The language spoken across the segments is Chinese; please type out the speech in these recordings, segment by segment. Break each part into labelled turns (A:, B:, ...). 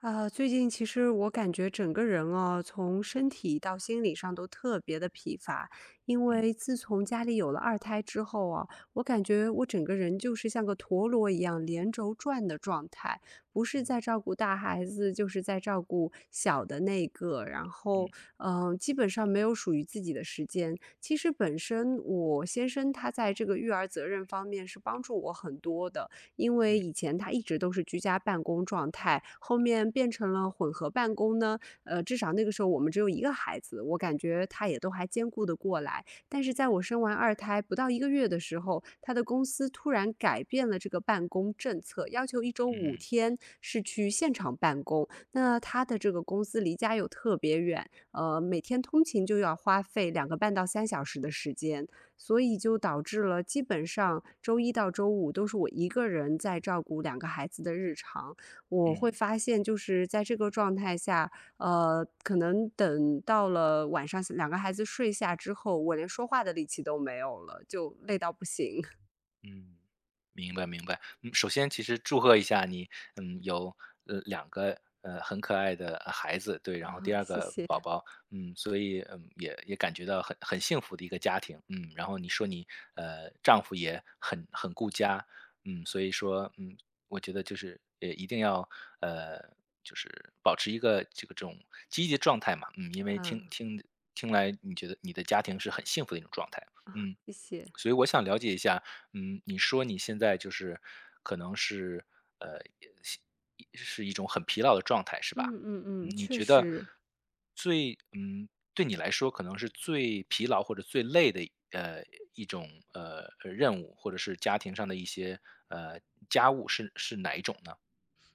A: 啊，最近其实我感觉整个人哦，从身体到心理上都特别的疲乏。因
B: 嗯
A: 为自从家里有了二胎之后啊，我感觉我整个人就是像个陀螺一样连轴转的状态，不是在
B: 嗯
A: 照顾大孩子，就是在照顾小的那个。然后，
B: 嗯
A: 基本上没有属于自己的时间。其实本身我先生他在这个育儿责任方面是帮助我很多的，因为
B: 嗯
A: 以前他一直都是居家办公状态，后面变成了混合办公呢，至少那个时候我们只有一个孩子，我感觉他也都还兼顾得过来。但是在我生完二胎不到一个月的时候，他的公司突然改变了这个办公政策，要求
B: 嗯
A: 一周五
B: 嗯，
A: 天是去现场办公。那他的这个公司离家又特别远，每天通勤就要花费2个半到3小时的时间。所以就导致了基本上周一到周五都是我一个人在照顾两个孩子的日常。我会
B: 嗯
A: 发现就是在这个状态下，可能等到了晚上两个孩子睡下之后，我连说话的力气都没有了，就累到不行。
B: 嗯，明白明白。嗯，首先其实祝贺一下你，嗯，有两个很可爱的孩子，对，然后第
A: 啊，
B: 二
A: 谢
B: 个
A: 谢，
B: 宝宝，嗯，所以也感觉到很幸福的一个家庭，嗯，然后你说你丈夫也很顾家，嗯，所以说嗯，我觉得就是也一定要呃就是保持一个这个这种积极的状态嘛，嗯，因为听
A: 嗯，
B: 听听来你觉得你的家庭是很幸福的一种状态，嗯。
A: 谢谢。
B: 所以我想了解一下，嗯，你说你现在就是可能呃，是是一种很疲劳的状态，是
A: 嗯
B: 吧？
A: 嗯嗯，
B: 嗯，你
A: 确
B: 觉得
A: 实。
B: 最嗯，对你来说可能是最疲劳或者最累的呃一种任务，或者是家庭上的一些呃家务是哪一种呢？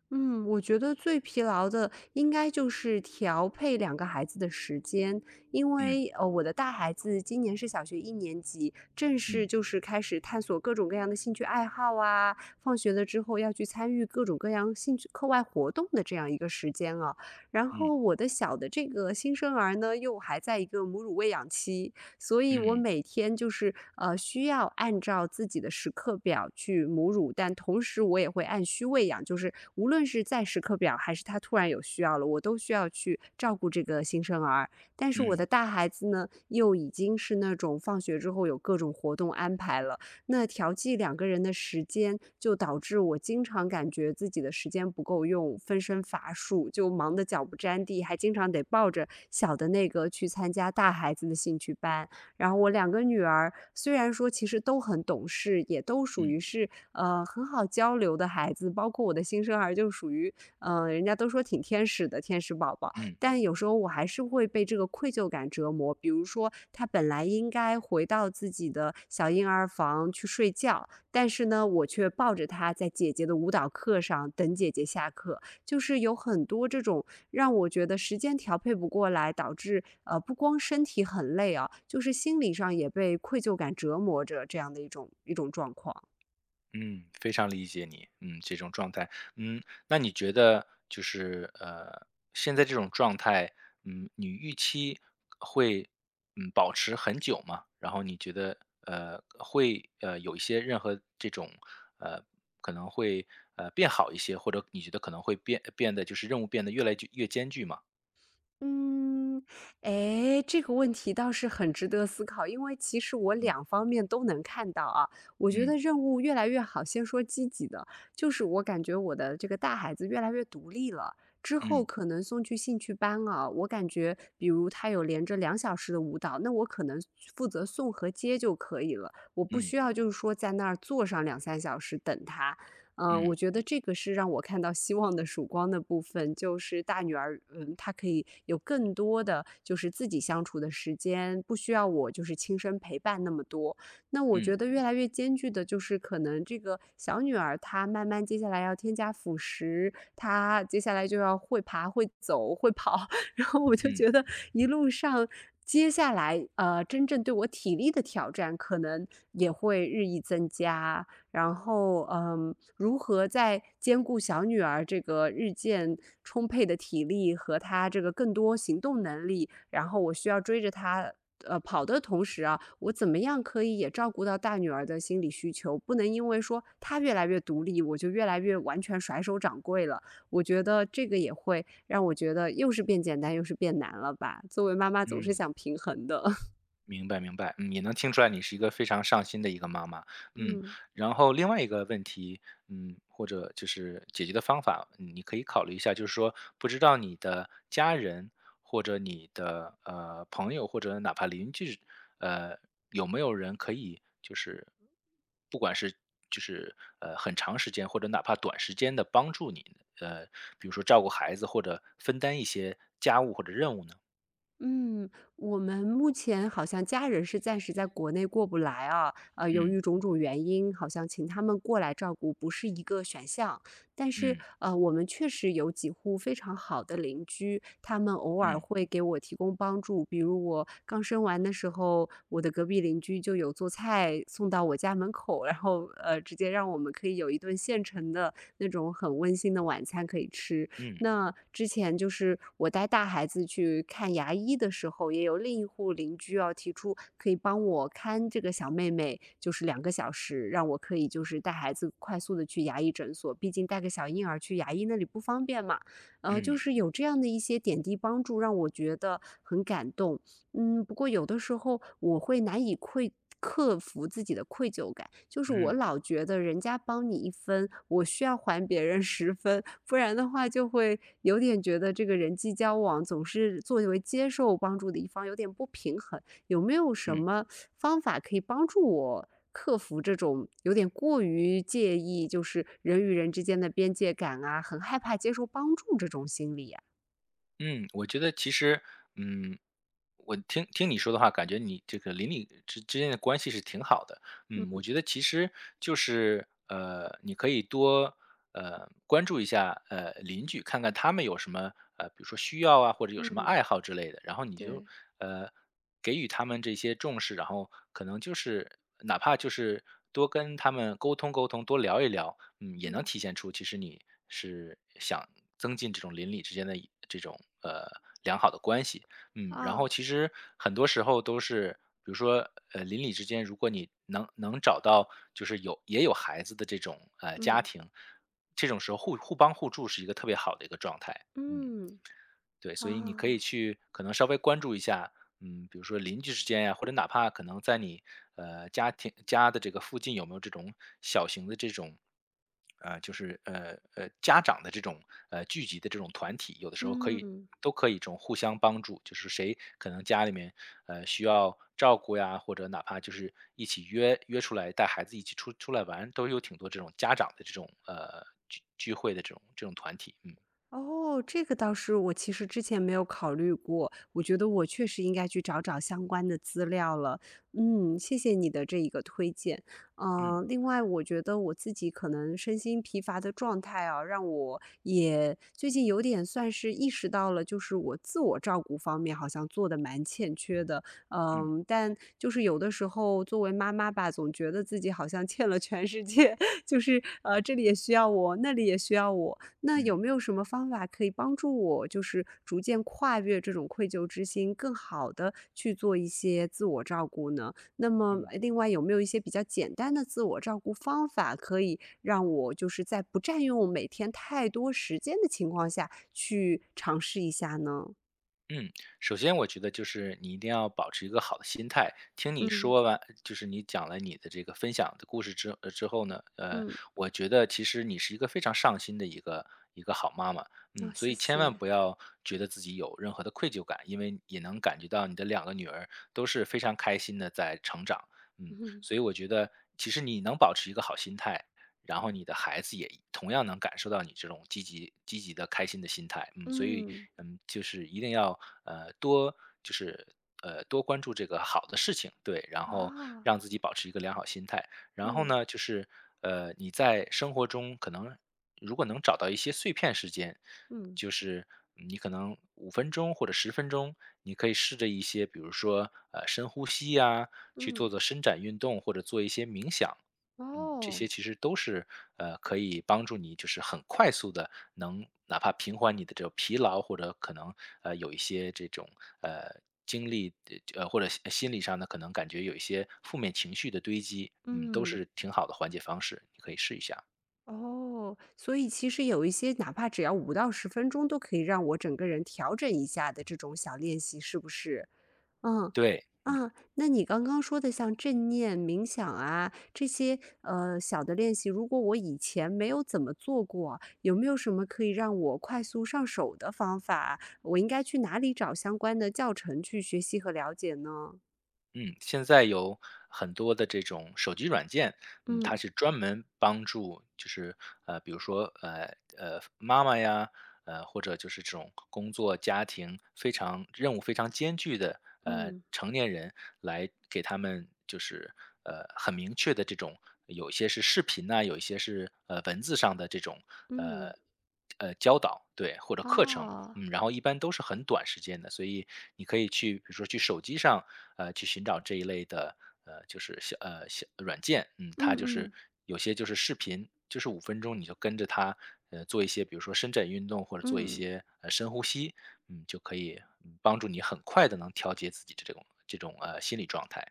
A: 嗯，我觉得最疲劳的应该就是调配两个孩子的时间，因为我的大孩子今年是小学一年级，正式
B: 嗯
A: 就是开始探索各种各样的兴趣爱好啊，放学了之后要去参与各种各样兴趣课外活动的这样一个时间啊。然
B: 嗯
A: 后我的小的这个新生儿呢，又还在一个母乳喂养期，所以我
B: 嗯
A: 每天就是需要按照自己的时刻表去母乳，但同时我也会按需喂养，就是无论是在时刻表还是他突然有需要了，我都需要去照顾这个新生儿。但是我的
B: 嗯
A: 大孩子呢，又已经是那种放学之后有各种活动安排了，那调剂两个人的时间，就导致我经常感觉自己的时间不够用，分身乏术，就忙得脚不沾地，还经常得抱着小的那个去参加大孩子的兴趣班。然后我两个女儿虽然说其实都很懂事，也都属
B: 嗯嗯
A: 于
B: 嗯
A: 是很好交流的孩子，包括我的新生儿就属于人家都说挺天使的天使宝宝，
B: 嗯。
A: 但有时候我还是会被这个愧疚感折磨。比如说，他本来应该回到自己的小婴儿房去睡觉，但是呢，我却抱着他在姐姐的舞蹈课上等姐姐下课，就是有很多这种让我觉得时间调配不过来，导致不光身体很累啊，就是心理上也被愧疚感折磨着这样的一种状况。
B: 嗯，非常理解你，嗯，这种状态，嗯，那你觉得就是现在这种状态，嗯，你预期会保持很久吗？然后你觉得会有一些任何这种呃可能会变好一些，或者你觉得可能会变得就是任务变得越来越艰巨吗？
A: 嗯，哎，这个问题倒是很值得思考，因为其实我
B: 嗯
A: 两方面都能看到啊。我觉得
B: 嗯
A: 任务越来越好，先说积极的，就是我感觉我的这个大孩子越来越独立了，之后
B: 嗯
A: 可能送去兴趣班啊，我感觉比如他有连着2小时的舞蹈，那我可能负责送和接就可以了，我不
B: 嗯
A: 需要就是说在那儿坐上两三小时等他。嗯，
B: 嗯
A: 我
B: 嗯
A: 觉得这个是让我看到希望的曙光的部分，就是大女儿，嗯，她可以有更多的就是自己相处的时间，不需要我就是亲身陪伴那么多。那我
B: 嗯
A: 觉得越来越艰巨的就是，可能这个小女儿她慢慢接下来要添加辅食，她接下来就要会爬、会走、会跑，然后我就
B: 嗯
A: 觉得一路上。接下来，真正对我体力的挑战可能也会日益增加。然后，嗯，如何在兼顾小女儿这个日渐充沛的体力和她这个更多行动能力，然后我需要追着她，跑的同时啊，我怎么样可以也照顾到大女儿的心理需求？不能因为说她越来越独立，我就越来越完全甩手掌柜了。我觉得这个也会让我觉得又是变简单又是变难了吧？作为妈妈总是
B: 嗯。
A: 想平衡的，
B: 明白明白，嗯，也能听出来你是一个非常上心的一个妈妈，嗯，
A: 嗯。
B: 然后另外一个问题，嗯，或者就是解决的方法，你可以考虑一下，就是说，不知道你的家人或者你的朋友或者哪怕邻居，呃，有没有人可以就是不管是就是很长时间或者哪怕短时间的帮助你，呃，比如说照顾孩子或者分担一些家务或者任务呢？
A: 嗯，我们目前好像家人是暂时在国内过不来啊，由
B: 嗯
A: 于种种原因，好像请他们过来照顾不是一个选项。但是，
B: 嗯
A: 我们确实有几户非常好的邻居，他们偶尔
B: 嗯
A: 会给我提供帮助。比如我刚生完的时候，我的隔壁邻居就有做菜送到我家门口，然后直接让我们可以有一顿现成的那种很温馨的晚餐可以吃。
B: 嗯
A: 那之前就是我带大孩子去看牙医的时候，也有另一户邻居要提出可以帮我看这个小妹妹，就是2个小时，让我可以就是带孩子快速的去牙医诊所，毕竟带个小婴儿去牙医那里不方便嘛。就
B: 嗯
A: 是有这样的一些点滴帮助，让我觉得很感动。嗯，不过有的时候我会难以克服自己的愧疚感，就是我
B: 嗯。
A: 老觉得人家帮你一分，我需要还别人十分，不然的话就会有点觉得这个人际交往总是作为接受帮助的一方有点不平衡。有没有什
B: 嗯
A: 么方法可以帮助我克服这种有点过于介意，就是人与人之间的边界感啊，很害怕接受帮助这种心理啊？
B: 嗯，我觉得其实，嗯，我听你说的话，感觉你这个邻里之间的关系是挺好的。嗯，我
A: 嗯
B: 觉得其实就是你可以多关注一下邻居，看看他们有什么比如说需要啊，或者有什么
A: 嗯，
B: 爱好之类的，然后你就
A: 对，
B: 呃给予他们这些重视，然后可能就是哪怕就是多跟他们沟通沟通，多聊一聊，嗯，也能
A: 嗯，
B: 体现出其实你是想增进这种邻里之间的一这种良好的关系。嗯，然后
A: 啊，
B: 其实很多时候都是，比如说，邻里之间，如果你能找到就是有也有孩子的这种家
A: 嗯。
B: 庭，这种时候互帮互助是一个特别好的一个状态。嗯，
A: 嗯，
B: 对，所以你可以
A: 啊，
B: 去可能稍微关注一下，比如说邻居之间呀，或者哪怕可能在你家庭家的这个附近，有没有这种小型的这种，就是家长的这种聚集的这种团体，有的时候可以
A: 嗯，
B: 都可以这种互相帮助，就是谁可能家里面需要照顾呀，或者哪怕就是一起约出来带孩子一起出来玩，都有挺多这种家长的这种聚会的这种团体，嗯
A: 哦，这个倒是我其实之前没有考虑过，我觉得我确实应该去找找相关的资料了。嗯，谢谢你的这一个推荐。
B: 嗯
A: 另外我觉得我自己可能身心疲乏的状态啊，让我也最近有点算是意识到了，就是我自我照顾方面好像做的蛮欠缺的。
B: 嗯
A: 嗯，但就是有的时候作为妈妈吧，总觉得自己好像欠了全世界，就是这里也需要我，那里也需要我。那有
B: 嗯
A: 没有什么方法可以帮助我，就是逐渐跨越这种愧疚之心，更好的去做一些自我照顾呢？那么，
B: 嗯。
A: 另外有没有一些比较简单的自我照顾方法，可以让我就是在不占用每天太多时间的情况下去尝试一下呢？
B: 嗯，首先我觉得就是你一定要保持一个好的心态。听你
A: 嗯
B: 说完，就是你讲了你的这个分享的故事之后呢，
A: 嗯，
B: 我觉得其实你是一个非常上心的一个好妈妈，嗯，
A: 哦，
B: 所
A: 谢
B: 以千万
A: 谢，
B: 不要觉得自己有任何的愧疚感，因为也能感觉到你的两个女儿都是非常开心的在成长，嗯，
A: 嗯
B: 所以我觉得其实你能保持一个好心态，然后你的孩子也同样能感受到你这种积极、积极的、开心的心态。嗯，所以
A: 嗯
B: 嗯，就是一定要多就是多关注这个好的事情，对，然后
A: 啊，
B: 让自己保持一个良好心态。然后
A: 嗯
B: 呢，就是你在生活中可能如果能找到一些碎片时间，
A: 嗯
B: 就是你可能五分钟或者10分钟，你可以试着一些，比如说深呼吸呀、去做
A: 嗯，
B: 做伸展运动，或者做一些冥想，嗯，这些
A: 哦，
B: 其实都是，可以帮助你就是很快速的能哪怕平缓你的这个疲劳，或者可能，有一些这种，呃，经历或者心理上呢，可能感觉有一些负面情绪的堆积，嗯，都
A: 嗯。
B: 是挺好的缓解方式，你可以试一下。
A: 哦，所以其实有一些哪怕只要5到10分钟，都可以让我整个人调整一下的这种小练习，是不是？嗯，
B: 对。
A: 啊，那你刚刚说的像正念冥想啊，这些，小的练习，如果我以前没有怎么做过，有没有什么可以让我快速上手的方法？我应该去哪里找相关的教程去学习和了解呢？
B: 嗯，现在有很多的这种手机软件，嗯，它
A: 嗯
B: 是专门帮助，就是比如说妈妈呀，或者就是这种工作家庭非常任务非常艰巨的
A: 嗯
B: 成年人，来给他们就是很明确的这种，有一些是视频呐、有一些是文字上的这种
A: 嗯，
B: 呃教导，对，或者课程，
A: 哦，
B: 嗯，然后一般都是很短时间的，所以你可以去，比如说去手机上，去寻找这一类的，就是小软件，嗯，它就
A: 嗯
B: 是
A: 嗯
B: 有些就是视频，就是五分钟你就跟着它，做一些比如说伸展运动或者做一
A: 嗯。
B: 些深呼吸，嗯，就可以帮助你很快的能调节自己的这种心理状态。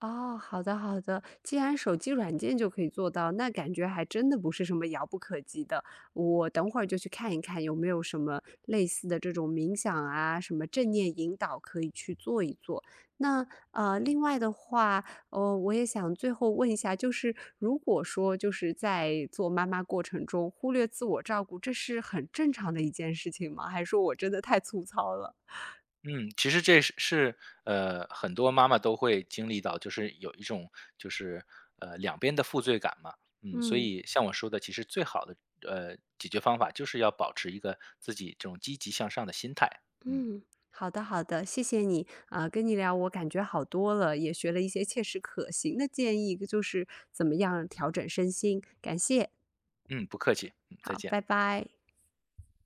A: 哦，好的好的，既然手机软件就可以做到，那感觉还真的不是什么遥不可及的。我等会儿就去看一看有没有什么类似的这种冥想啊，什么正念引导可以去做一做。那另外的话，我也想最后问一下，就是如果说就是在做妈妈过程中忽略自我照顾，这是很正常的一件事情吗？还是说我真的太粗糙了？
B: 嗯，其实这是，很多妈妈都会经历到，就是有一种就是，两边的负罪感嘛。嗯，所
A: 嗯。
B: 以像我说的，其实最好的，解决方法就是要保持一个自己这种积极向上的心态。嗯，
A: 嗯，好的好的，谢谢你啊，跟你聊我感觉好多了，也学了一些切实可行的建议，就是怎么样调整身心，感谢，
B: 嗯，不客气，嗯，再
A: 好，
B: 见。
A: 拜拜。